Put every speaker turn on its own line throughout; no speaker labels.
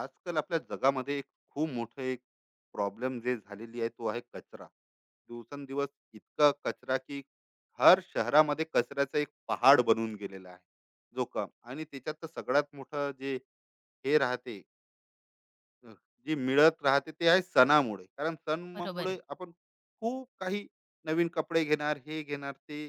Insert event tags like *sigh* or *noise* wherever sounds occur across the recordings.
आजकाल आपल्या जगामध्ये एक खूप मोठं एक प्रॉब्लेम जे झालेली आहे तो आहे कचरा. दिवसेंदिवस इतका कचरा की हर शहरामध्ये कचऱ्याचा एक पहाड बनून गेलेला आहे, जो कम. आणि त्याच्यात तर सगळ्यात मोठं जे हे राहते, अ, जे मिळत राहते ते आहे सणामुळे. कारण
बरोबर
सणामुळे
आहे.
आपण खूप काही नवीन कपडे घेणार, हे घेणार ते.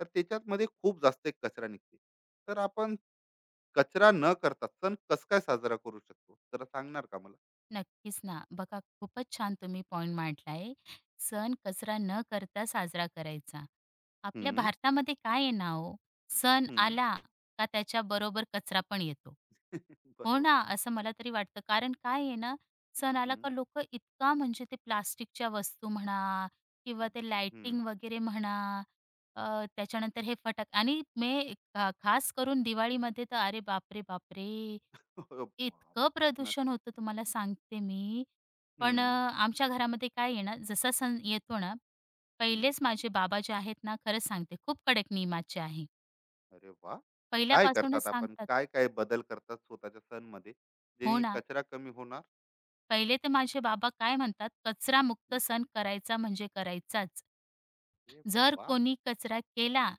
तर त्याच्यात मध्ये खूप जास्त एक कचरा निघते. तर आपण कचरा न करता सण कस काय साजरा करू शकतो? जरा सांगणार का मला?
नक्कीच ना. बघा खूपच छान तुम्ही पॉइंट मांडलाय. सण कचरा न करता साजरा करायचा. आपल्या
हम्म.
भारतामध्ये काय आहे ना हो, सण
हं.
आला का त्याच्या बरोबर कचरा पण येतो.
*laughs*
हो ना,
बरोबर.
असं मला तरी वाटतं. कारण काय आहे ना, सण आला
हं.
का लोक इतका म्हणजे ते प्लास्टिकच्या वस्तू म्हणा किंवा
हं.
ते
हं.
लाइटिंग वगैरे म्हणा त्याच्यानंतर हे फटाक आणि मी खास करून दिवाळीमध्ये तर अरे बापरे, बापरे!
अरे बाप!
इतकं
नक्क
प्रदूषण होतं तुम्हाला सांगते मी. पण
हं,
आमच्या घरामध्ये काय आहे ना, जसा सण येतो ना,
हं.
पहिलेच माझे बाबा जे आहेत ना, खरंच सांगते खूप कडक नियमाचे आहे.
अरे वाह! काय
पहिल्यापासूनच
करतात आपण?
सांगतात.
काय-काय बदल करतात स्वतःच्या सणमध्ये,
हो
जेणे
ना.
कचरा कमी होणार?
पहिले तर माझे बाबा काय म्हणतात, कचरामुक्त
हम्म.
सण करायचा म्हणजे करायचाच.
अरे
जर
वाह!
कोणी कचरा केला,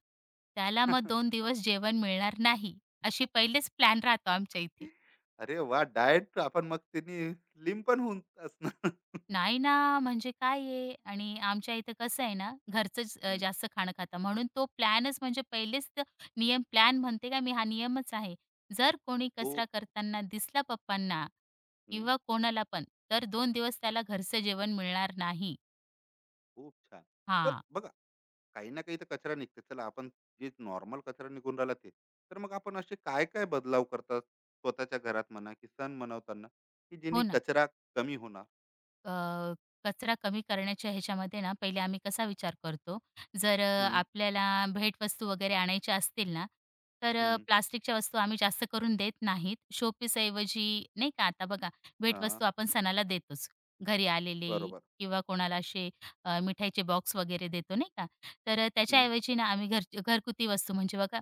त्याला मग
*laughs*
2 दिवस जेवण मिळणार नाही, अशी पहिलेच प्लॅन राहतो आमच्या इथे.
अरे वा, डायट. आपण मग त्यांनी स्लिम पण होऊन असणार.
नाही ना, म्हणजे काय आहे आणि आमच्या इथे कसं आहे ना, घरचंच
हं.
जास्त खाणं खाता. म्हणून तो प्लॅनच म्हणजे पहिलेच तर नियम प्लॅन म्हणते का मी, हा नियमच आहे. जर कोणी
खूप.
कचरा करताना दिसला पप्पांना
हं.
किंवा कोणाला पण, तर 2 दिवस त्याला घरचं जेवण मिळणार नाही.
खूप छान. तर
हां,
बघा, काही ना काही तर कचरा निघते. चला, आपण जे नॉर्मल कचरा निघून राहिला ते, तर मग आपण असे काय काय बदलाव करतात स्वतःच्या घरात म्हणा की सण मनवताना, की
हो
जेणे
ना.
कचरा कमी होणार.
अ, कचरा कमी करण्याच्या ह्याच्यामध्ये ना, पहिले आम्ही कसा विचार करतो, जर
हम्म.
आपल्याला भेटवस्तू वगैरे आणायच्या असतील ना, तर
हम्म.
प्लास्टिकच्या वस्तू आम्ही जास्त करून देत नाहीत. शोपीस ऐवजी, नाही का, आता बघा
हा.
भेटवस्तू आपण सणाला देतोच, घरी आलेले
बरोबर.
किंवा कोणाला असे मिठाईचे बॉक्स वगैरे देतो नाही का, तर
हम्म.
त्याच्याऐवजी ना आम्ही घरगुती वस्तू म्हणजे बघा,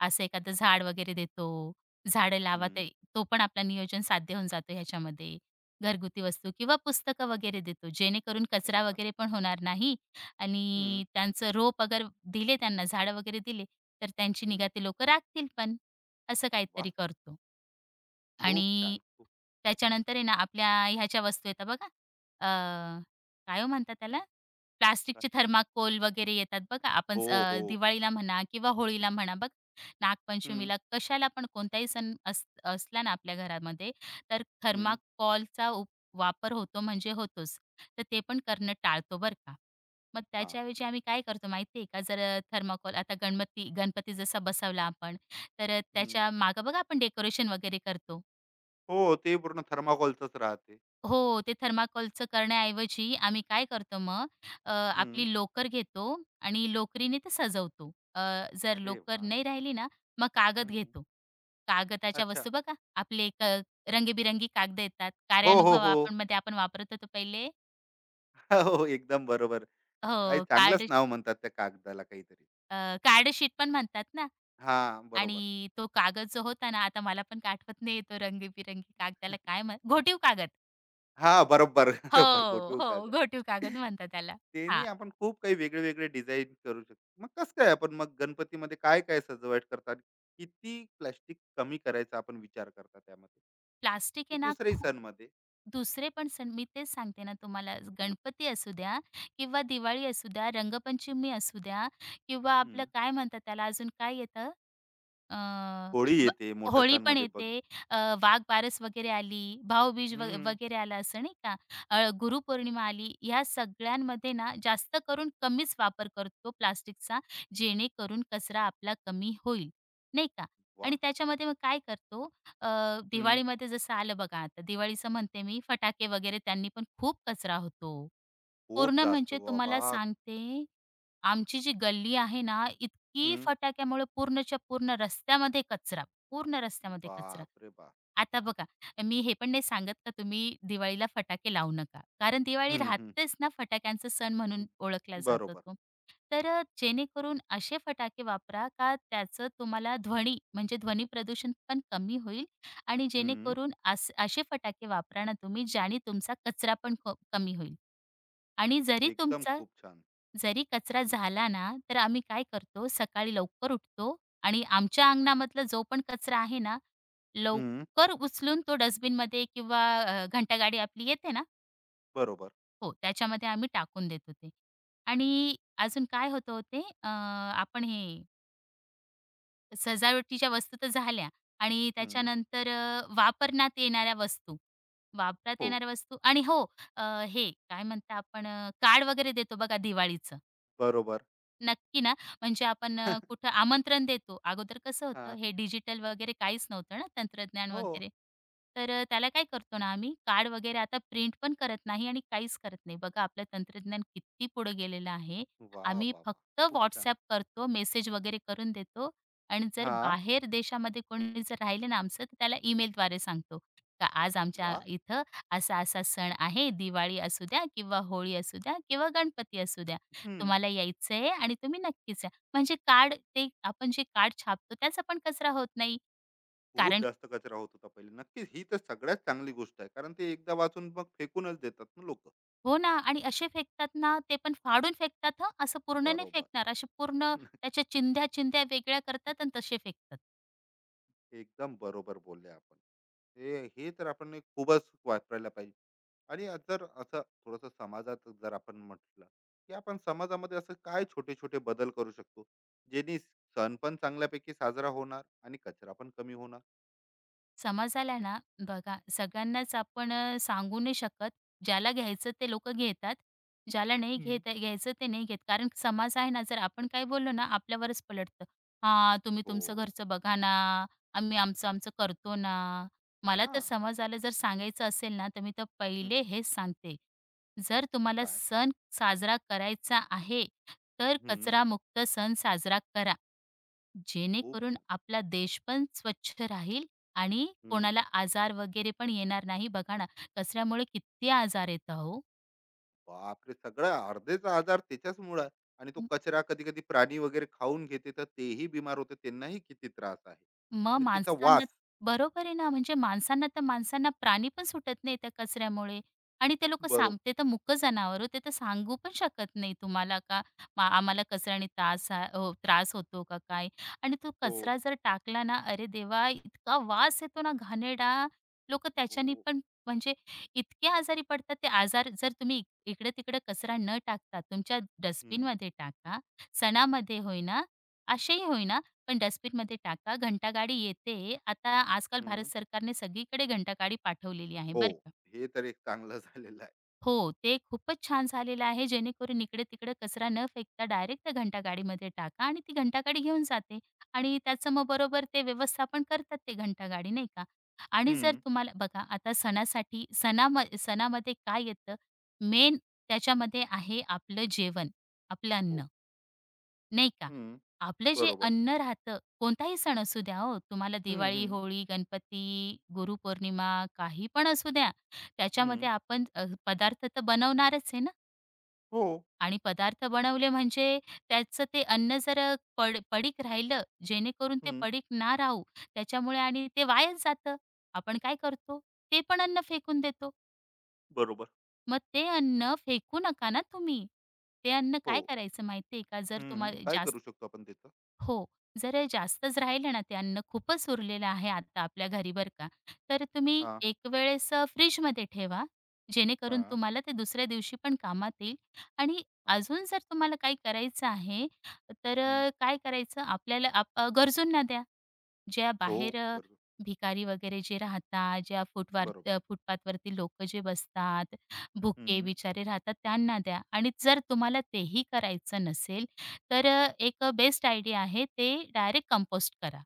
असं एखादं झाड वगैरे देतो, झाडं लावा
हम्म.
ते तो पण आपलं नियोजन साध्य होऊन जातो ह्याच्यामध्ये. घरगुती वस्तू किंवा पुस्तकं वगैरे देतो, जेणेकरून
अरे
कचरा
वा.
वगैरे पण होणार नाही
हम्म.
आणि त्यांचं रोप अगर दिले त्यांना, झाडं वगैरे दिले, तर त्यांची निगा
हम्म.
ते लोकं राखतील पण. असं
वा.
काहीतरी करतो.
खूप
आणि
छान. खूप
त्याच्यानंतर आहे ना, आपल्या ह्याच्या वस्तू येतात बघा, अ, काय हो म्हणतात त्याला?
छान.
प्लास्टिकचे थर्माकोल वगैरे येतात बघा. आपण
हो. हो.
दिवाळीला म्हणा किंवा होळीला म्हणा बघ,
हम्म.
नागपंचमीला कशाला पण कोणताही सण असला ना आपल्या घरामध्ये, तर
हम्म.
थर्माकोलचा वापर होतो म्हणजे होतोच. तर ते पण करणं टाळतो बरं का. मग
हा.
त्याच्याऐवजी आम्ही काय करतो माहिती आहे का? जर थर्माकोल आता गणपती गणपती जसा बसवला आपण, तर
हम्म.
त्याच्या मागे बघा आपण डेकोरेशन वगैरे करतो.
हो, ते पूर्ण थर्माकोलचंच राहते.
हो, ते थर्माकोलचं करण्याऐवजी आम्ही काय करतो मग
हम्म.
आपली लोकर घेतो आणि लोकरीने ते सजवतो. जर
अरे
लोकर
वा.
नाही राहिली ना, मग कागद
हम्म. हम्म.
घेतो. कागदाच्या
अच्छा.
वस्तू बघा, आपले क रंगीबिरंगी कागद येतात.
हो हो
कार्यानुभव
हो.
आपण मध्ये आपण वापरत होतो पहिले.
*laughs* हो, एकदम बरोबर. काय
हो,
चांगलंच
कार्ड
नाव म्हणतात त्या कागदाला काहीतरी.
कार्ड शीट पण म्हणतात ना.
हां, बरोबर.
आणि तो कागद जो होता ना, आता मला पण आठवत नाही तो रंगीबिरंगी कागदाला काय म्हण घोटीव कागद.
हां, बरोबर, *laughs*
हो,
बरोबर. गोटू
हो,
कागद.
घोटीव कागद म्हणतात त्याला.
त्यांनी
हां.
आपण खूप काही वेगळे-वेगळे डिझाइन करू शकतो. मग कसं काय आपण मग गणपतीमध्ये काय-काय सजावट करतात? किती प्लास्टिक कमी करायचा आपण विचार करता त्यामध्ये?
प्लास्टिक
की
आहे ना
दुसऱ्याही
खूप
सणमध्ये?
दुसरे पण सण मी तेच सांगते ना तुम्हाला
हं,
गणपती असू द्या किंवा दिवाळी असू द्या, रंगपंचमी असू द्या किंवा आपलं
हं.
काय म्हणतात त्याला अजून काय येतं अ,
होळी
व
येते मोठ्या
होळी पण
सणमध्ये बघ.
येते, अ, वाघबारस वगैरे आली, भाऊबीज
हं.
वगैरे आलं असं नाही का? गुरुपौर्णिमा आली. ह्या सगळ्यांमध्ये ना जास्त करून कमीच वापर करतो प्लास्टिकचा, जेणेकरून कचरा आपला कमी होईल, नाही का?
वाह!
आणि त्याच्यामध्ये मग काय करतो अ,
हं.
दिवाळीमध्ये जसं आलं बघा आता दिवाळीचं म्हणते मी, फटाके वगैरे त्यांनी पण खूप कचरा होतो.
खूप
पूर्ण
जास्त
म्हणजे
बाबा.
तुम्हाला सांगते आमची जी गल्ली आहे ना, इतकी
हं.
फटाक्यामुळे पूर्णच्या पूर्ण रस्त्यामध्ये कचरा, पूर्ण रस्त्यामध्ये कचरा.
बापरे बाप!
आता बघा, मी हे पण नाही सांगत का तुम्ही दिवाळीला फटाके लावू नका. कारण दिवाळी
हं, हं.
राहतेच ना फटाक्यांचा सण म्हणून ओळखला जातो
बरोबर.
तो. तर जेणेकरून असे फटाके वापरा का त्याचं तुम्हाला ध्वनी म्हणजे ध्वनी प्रदूषण पण कमी होईल आणि
हं.
जेणेकरून असे फटाके वापरा ना तुम्ही ज्याने तुमचा कचरा पण कमी होईल. आणि
एकदम खूप छान.
जरी कचरा
हं,
झाला ना, तर आम्ही काय करतो सकाळी लवकर उठतो आणि आमच्या अंगणामधला जो पण कचरा आहे ना,
हं,
लवकर उचलून तो डस्टबिनमध्ये किंवा घंटागाडी आपली येते ना,
बरोबर.
हो, त्याच्यामध्ये आम्ही टाकून देतो ते. आणि अजून काय होतं ओ आपण हे सजावटीच्या वस्तू तर झाल्या आणि
हं,
त्याच्यानंतर वापरण्यात येणाऱ्या वस्तू, वापरात
हो,
येणाऱ्या वस्तू आणि हो, अ, हे काय म्हणता आपण कार्ड वगैरे देतो बघा दिवाळीचं.
बरोबर.
नक्की ना, म्हणजे आपण
*laughs*
कुठं आमंत्रण देतो. अगोदर कसं होतं
हां,
हे डिजिटल वगैरे काहीच नव्हतं ना, तंत्रज्ञान
हो.
वगैरे. तर त्याला काय करतो ना आम्ही कार्ड वगैरे आता प्रिंट पण करत नाही आणि काहीच करत नाही. बघा आपलं तंत्रज्ञान किती पुढे गेलेलं आहे.
वा! वाह,
आम्ही
वाह!
फक्त
खूप छान.
WhatsApp करतो, मेसेज वगैरे करून देतो आणि जर
हां,
बाहेर देशामध्ये कोणी जर राहिले ना आमचं, तर त्याला ईमेलद्वारे सांगतो. का आज आमच्या
वाह!
इथं असा-असा सण आहे, दिवाळी असू द्या किंवा होळी असू द्या किंवा गणपती असू द्या.
हं.
तुम्हाला यायचंय आणि तुम्ही नक्कीच या. म्हणजे कार्ड ते आपण जे कार्ड छापतो त्याचा पण कचरा होत नाही.
खूप
कारण
जास्त कचरा होत होता पहिले. नक्कीच ही तर सगळ्यात चांगली गोष्ट आहे. कारण ते एकदा वाचून मग फेकूनच देतात ना लोकं.
हो ना आणि असे फेकतात ना, ते पण फाडून फेकतात हं, असं पूर्ण नाही
बरोबर.
फेकणार. असे पूर्ण त्याच्या चिंध्या-चिंध्या वेगळ्या करतात आणि तसे फेकतात.
एकदम बरोबर बोलले आपण. हे हे तर आपण खूपच वापरायला पाहिजे. आणि आज जर असं थोडंसं समाजात जर आपण म्हटलं, की आपण समाजामध्ये असं काय छोटे छोटे बदल करू शकतो, जेणे सण पण चांगल्यापैकी साजरा होणार आणि कचरा पण कमी होणार?
समाजाला ना बघा सगळ्यांनाच आपण सांगू नाही शकत. ज्याला घ्यायचं ते लोकं घेतात. ज्याला नाही
हम्म.
घेत घ्यायचं ते नाही घेत. कारण समाज आहे ना, जर आपण काय बोललो ना आपल्यावरच पलटतं. "हां, तुम्ही तुमचं
हो.
घरचं बघा ना. आम्ही आमचं-आमचं करतो ना." मला
हा.
तर समाजाला जर सांगायचं असेल ना, तर मी तर
हं.
पहिले हेच सांगते. जर तुम्हाला
काय.
सण साजरा करायचा आहे, तर
हम्म.
कचरामुक्त सण साजरा करा.
खूप
जेणेकरून
छान.
आपला देश पण स्वच्छ राहील आणि
हम्म.
कोणाला आजार वगैरे पण येणार नाही. बघा ना, कचऱ्यामुळे किती आजार येतं हो.
बापरे, सगळं अर्धेच आजार त्याच्याचमुळे आहे. आणि तो कचरा कधी कधी प्राणी वगैरे खाऊन घेते, तर तेही बिमार होते. त्यांनाही किती त्रास आहे.
मग
आणि त्याचा
माणसांना
वास.
बरोबर आहे ना, म्हणजे माणसांना प्राणी पण सुटत नाही त्या कचऱ्यामुळे आणि ते लोकं
बरोबर.
ते तर मूक जनावर हो, ते तर सांगू पण शकत नाही तुम्हाला का आम्हाला कचऱ्याने त्रास हा हो, त्रास होतो का काय? आणि तो
हो.
कचरा जर टाकला ना, अरे देवा! इतका वास येतो ना घाणेरडा. लोकं त्याच्याने
हो.
पण म्हणजे इतके आजारी पडतात ते आजार जर तुम्ही इकडं-तिकडं कचरा न टाकता तुमच्या
हम्म.
डस्टबिनमध्ये टाका. सणामध्ये होईना, असेही होईना पण डस्टबिनमध्ये टाका. घंटागाडी येते. आता आजकाल भारत
हम्म.
सरकारने सगळीकडे घंटागाडी पाठवलेली आहे
हो,
बरं का.
हे तर एक चांगलं *laughs* झालेलं आहे.
हो, ते खूपच छान झालेलं आहे, जेणेकरून इकडे-तिकडे कचरा न फेकता डायरेक्ट त्या घंटागाडीमध्ये टाका आणि ती घंटागाडी घेऊन जाते आणि त्याचं मग बरोबर ते व्यवस्थापन करतात ते घंटागाडी, नाही का? आणि जर
हम्म.
तुम्हाला बघा आता सणासाठी सणामध्ये काय येतं? मेन त्याच्यामध्ये आहे आपलं जेवण, आपलं
हो.
अन्न. नाही का?
हं.
आपलं जे
बरोबर.
अन्न राहतं, कोणताही सण असू द्या हो, तुम्हाला
हं,
दिवाळी,
हं.
होळी, गणपती, गुरुपौर्णिमा काही पण असू द्या,
हं.
त्याच्यामध्ये आपण पदार्थ तर बनवणारच आहे ना
हो.
आणि पदार्थ बनवले म्हणजे त्याचं ते अन्न जर अ, पड पडीक राहिलं, जेणेकरून ते
हं.
पडीक ना राहू, त्याच्यामुळे आणि ते वायाच जातं. आपण काय करतो, ते पण अन्न फेकून देतो.
बरोबर.
मग ते अन्न फेकू नका ना तुम्ही. ते अन्न
हो.
काय करायचं माहिती का?
हं,
जर
हं.
तुम्हाला
काय
जास्त
करू शकतो आपण त्याचं?
हो. जर जास्तच राहिलं ना ते अन्न, खूपच उरलेलं आहे आता आपल्या घरी बरं का, तर तुम्ही
हां,
एक वेळेस फ्रिजमध्ये ठेवा, जेणेकरून
हां,
तुम्हाला ते दुसऱ्या दिवशी पण कामात येईल. आणि
हां.
अजून जर तुम्हाला काही करायचं आहे, तर
हं.
काय करायचं आपल्याला गरजूंना द्या. ज्या
हो,
बाहेर
गरजू.
भिकारी वगैरे जे राहतात, ज्या
बरोबर.
फुटपाथवरती लोकं जे बसतात, भुके
हं.
बिचारे राहतात त्यांना द्या आणि जर तुम्हाला तेही करायचं नसेल, तर एक बेस्ट आयडिया आहे ते डायरेक्ट कंपोस्ट करा.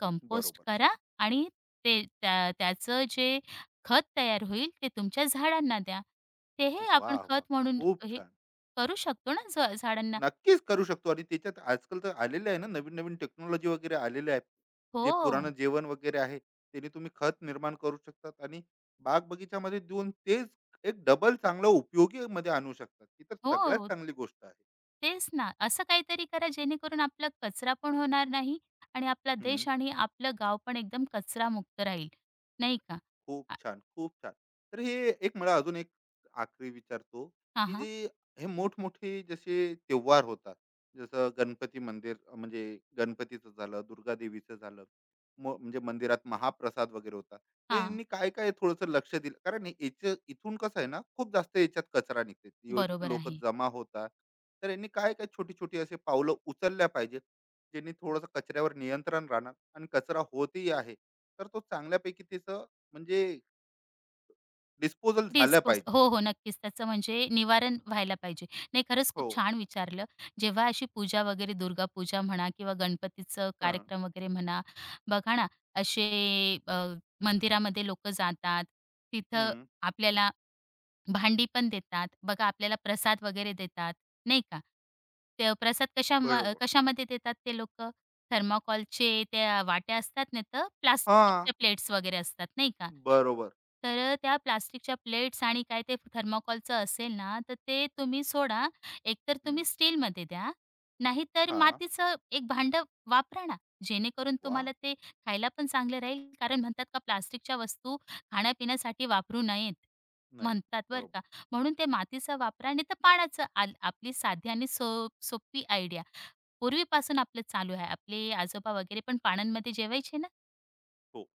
कंपोस्ट
बरोबर.
करा आणि ते त्या त्याचं जे खत तयार होईल ते तुमच्या झाडांना द्या. ते हे आपण
वाह! वाह!
खत म्हणून
खूप
हे
छान.
करू शकतो ना झाडांना.
नक्कीच करू शकतो. आणि त्याच्यात आजकाल तर आलेले आहे ना, नवीन-नवीन टेक्नॉलॉजी वगैरे आलेले आहेत. जे
हो,
पुराणं जेवण वगैरे आहे, त्याने तुम्ही खत निर्माण करू शकतात आणि बाग-बगीच्यामध्ये देऊन तेच एक डबल चांगलं उपयोगीमध्ये आणू शकतात. ही तर सगळ्यात
हो.
चांगली गोष्ट आहे.
तेच ना. असं काहीतरी करा जेणेकरून आपला कचरा पण होणार नाही आणि आपला
हं.
देश आणि आपलं गाव पण एकदम कचरामुक्त राहील, नाही का?
खूप
आ
छान, खूप छान. तर हे एक मला अजून एक आखरी विचारतो,
हां,
की
हां.
जे हे मोठमोठे जसे त्योहार होतात, जसं गणपती मंदिर म्हणजे गणपतीचं झालं, दुर्गा देवीचं झालं, म्हणजे मंदिरात महाप्रसाद वगैरे होता.
हां,
त्यांनी काय-काय थोडंसं लक्ष दिलं? कारण हे याचं इथून कसं आहे ना, खूप जास्त याच्यात कचरा निघते.
बरोबर
लोकं
आहे.
जमा होतात. तर यांनी काय-काय छोटी-छोटी असे पावलं उचलल्या पाहिजेत, ज्यांनी थोडंसं कचऱ्यावर नियंत्रण राहणार आणि कचरा होतही आहे, तर तो चांगल्यापैकी त्याचं म्हणजे डिस्पोजल झाल्या
डिस्पोज
पाहिजे.
हो, हो. नक्कीच. त्याचं म्हणजे निवारण व्हायला पाहिजे. नाही खरंच खूप
हो.
छान विचारलं. जेव्हा अशी पूजा वगैरे दुर्गा पूजा म्हणा किंवा गणपतीचं
हां.
कार्यक्रम वगैरे म्हणा, बघा ना असे अ, मंदिरामध्ये लोकं जातात. तिथं
हम्म.
आपल्याला भांडी पण देतात. बघा आपल्याला प्रसाद वगैरे देतात, नाही का? ते प्रसाद
बरोबर.
कशामध्ये देतात ते लोकं? थर्माकॉलचे त्या वाट्या असतात ना, तर
हा.
प्लास्टिकच्या प्लेट्स वगैरे असतात, नाही का?
बरोबर.
तर त्या प्लास्टिकच्या प्लेट्स आणि काय ते थर्माकॉलचं असेल ना, तर ते तुम्ही सोडा, एकतर तुम्ही
हम्म.
स्टीलमध्ये द्या, नाहीतर
हा.
मातीचं एक भांडं वापरा ना, जेणेकरून
वा.
तुम्हाला ते खायला पण चांगलं राहील. कारण म्हणतात का प्लास्टिकच्या वस्तू खाण्यापिण्यासाठी वापरू नयेत
नाही.
म्हणतात बरं का.
बरोबर.
म्हणून ते मातीचा वापरा आणि तर पाण्याचं आपली साधी आणि सोपी आयडिया. पूर्वीपासून आपलं चालू आहे. आपले आजोबा वगैरे पण पाण्यामध्ये जेवायचे ना.
हो,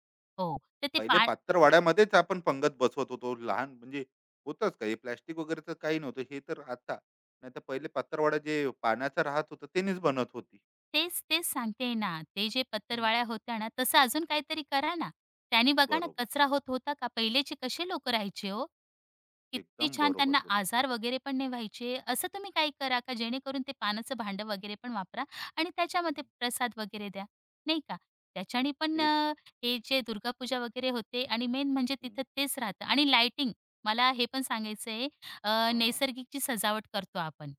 हो, तर ते
पहिले
पा
पात्रवाड्यामध्येच आपण पंगत बसवत होतो लहान, म्हणजे होतच. काही प्लॅस्टिक वगैरेचं काही नव्हतं. हे तर आता नाही, तर पहिले पात्रवाडा जे पाण्याचं राहत होतं तेनेच बनत होती.
तेच, तेच सांगतेय ना. ते जे
हम्म.
पत्रावळ्या होत्या ना, तसं अजून काहीतरी करा ना. त्याने बघा ना
बरोबर.
कचरा होत होता का? पहिलेचे कसे लोकं राहायचे हो? किती
एकदम
छान
बरोबर
त्यांना
बोलला.
आजार वगैरे पण नाही व्हायचे. असं तुम्ही काही करा का जेणेकरून ते पानाचं भांडं वगैरे पण वापरा आणि त्याच्यामध्ये
हम्म,
प्रसाद वगैरे द्या, नाही का? त्याच्याने पण
एक.
हे जे दुर्गापूजा वगैरे होते आणि मेन म्हणजे तिथं
हम्म,
तेच राहतं आणि लाइटिंग मला हे पण सांगायचं आहे
हां.
नैसर्गिकची सजावट करतो आपण.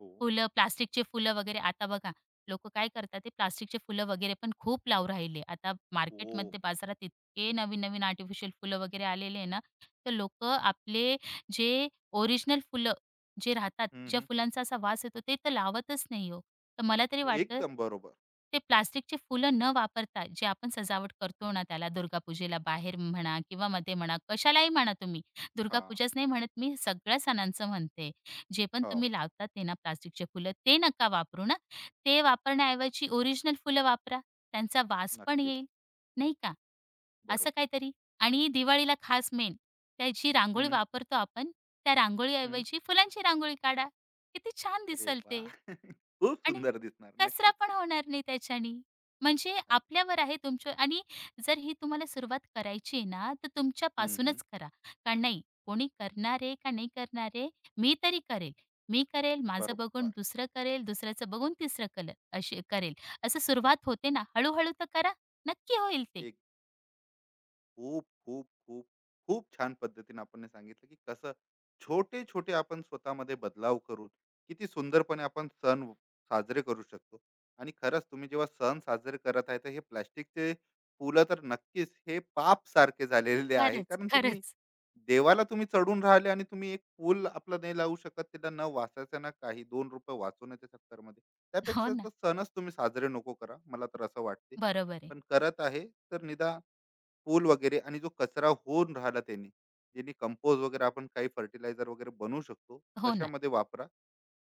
हो.
फुलं, प्लास्टिकचे फुलं वगैरे आता बघा, लोकं काय करतात ते प्लास्टिकचे फुलं वगैरे पण खूप लावून राहिले. आता
हो.
मार्केटमध्ये, बाजारात इतके नवीन-नवीन आर्टिफिशियल फुलं वगैरे आलेले आहे ना, तर लोकं आपले जे ओरिजिनल फुलं जे राहतात,
हम्म,
ज्या
हम्म.
फुलांचा असा वास येतो ते तर लावतच नाही हो. तर मला तरी वाटतं,
एकदम बरोबर.
ते प्लास्टिकचे फुलं न वापरता जे आपण सजावट करतो ना त्याला दुर्गापूजेला बाहेर म्हणा किंवा मध्ये म्हणा, कशालाही म्हणा तुम्ही.
हां.
दुर्गापूजाच नाही म्हणत मी, सगळ्या सणांचं म्हणते. जे पण
हो.
तुम्ही लावतात ते ना प्लास्टिकचे फुलं ते नका वापरू ना. ते वापरण्याऐवजी ओरिजिनल फुलं वापरा. त्यांचा वास पण
नक्कीच.
येईल, नाही का? असं
बरोबर.
काहीतरी. आणि दिवाळीला खास मेन त्या जी रांगोळी वापरतो आपण, त्या
हं.
रांगोळीऐवजी फुलांची रांगोळी काढा. किती छान
अरे
दिसेल
वाह!
ते.
*laughs* खूप
आणि
सुंदर दिसणार.
कचरा
नक्कीच.
पण होणार नाही त्याच्याने. म्हणजे
अगदी.
आपल्यावर आहे तुमच्या आणि जर ही तुम्हाला सुरुवात करायची आहे ना, तर
हं, हं.
तुमच्यापासूनच करा. कारण नाही कोणी करणार आहे का नाही करणार आहे, मी तरी करेल. मी करेल, माझं बघून
बरोबर.
दुसरं करेल, दुसऱ्याचं बघून तिसरं करेल अशी करेल. असं सुरुवात होते ना, हळू तर करा. नक्की होईल ते.
एक खूप, खूप, खूप, खूप छान पद्धतीने आपण हे सांगितलं, की कसं छोटे-छोटे आपण स्वतःमध्ये बदलाव करून किती सुंदरपणे आपण सण साजरे करू शकतो. आणि खरंच तुम्ही जेव्हा सण साजरे करत आहे, तर हे प्लास्टिकचे फुलं तर नक्कीच हे पाप सारखे झालेले आहे.
खरंच,
कारण तुम्ही
खरंच.
देवाला तुम्ही चढून राहिले आणि तुम्ही एक पूल आपला नाही लावू शकत त्याला, न वाचायचं ना काही 2 रुपये वाचवण्याच्या चक्करमध्ये.
हो
त्यापेक्षा
ना.
तर सणच तुम्ही साजरे नको करा, मला तर असं वाटते.
बरोबर आहे.
पण करत आहे, तर निदान पूल वगैरे आणि जो कचरा होऊन राहिला त्यांनी, ज्यांनी कंपोज वगैरे आपण काही फर्टिलायझर वगैरे बनवू शकतो,
हो ना.
तशामध्ये वापरा.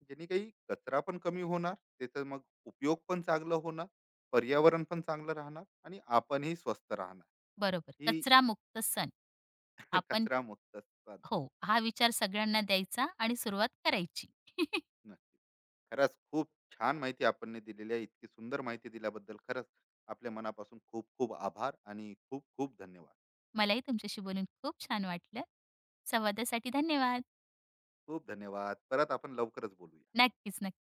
ज्यांनी काही कचरा पण कमी होणार, त्याचा मग उपयोग पण चांगला होणार. पर्यावरण पण चांगलं राहणार आणि आपणही स्वस्त राहणार.
बरोबर.
ही
कचरामुक्त सण.
*laughs*
आपण
कचरा मुक्त.
हो, हा विचार सगळ्यांना द्यायचा आणि सुरुवात करायची. *laughs*
नक्की. खरंच खूप छान माहिती आपण दिलेली आहे. इतकी सुंदर माहिती दिल्याबद्दल खरंच आपल्या मनापासून खूप खूप आभार आणि खूप खूप धन्यवाद.
मलाही तुमच्याशी बोलून खूप छान वाटलं. संवादासाठी धन्यवाद.
खूप धन्यवाद. परत आपण लवकरच बोलूया.
नक्कीच, नक्कीच.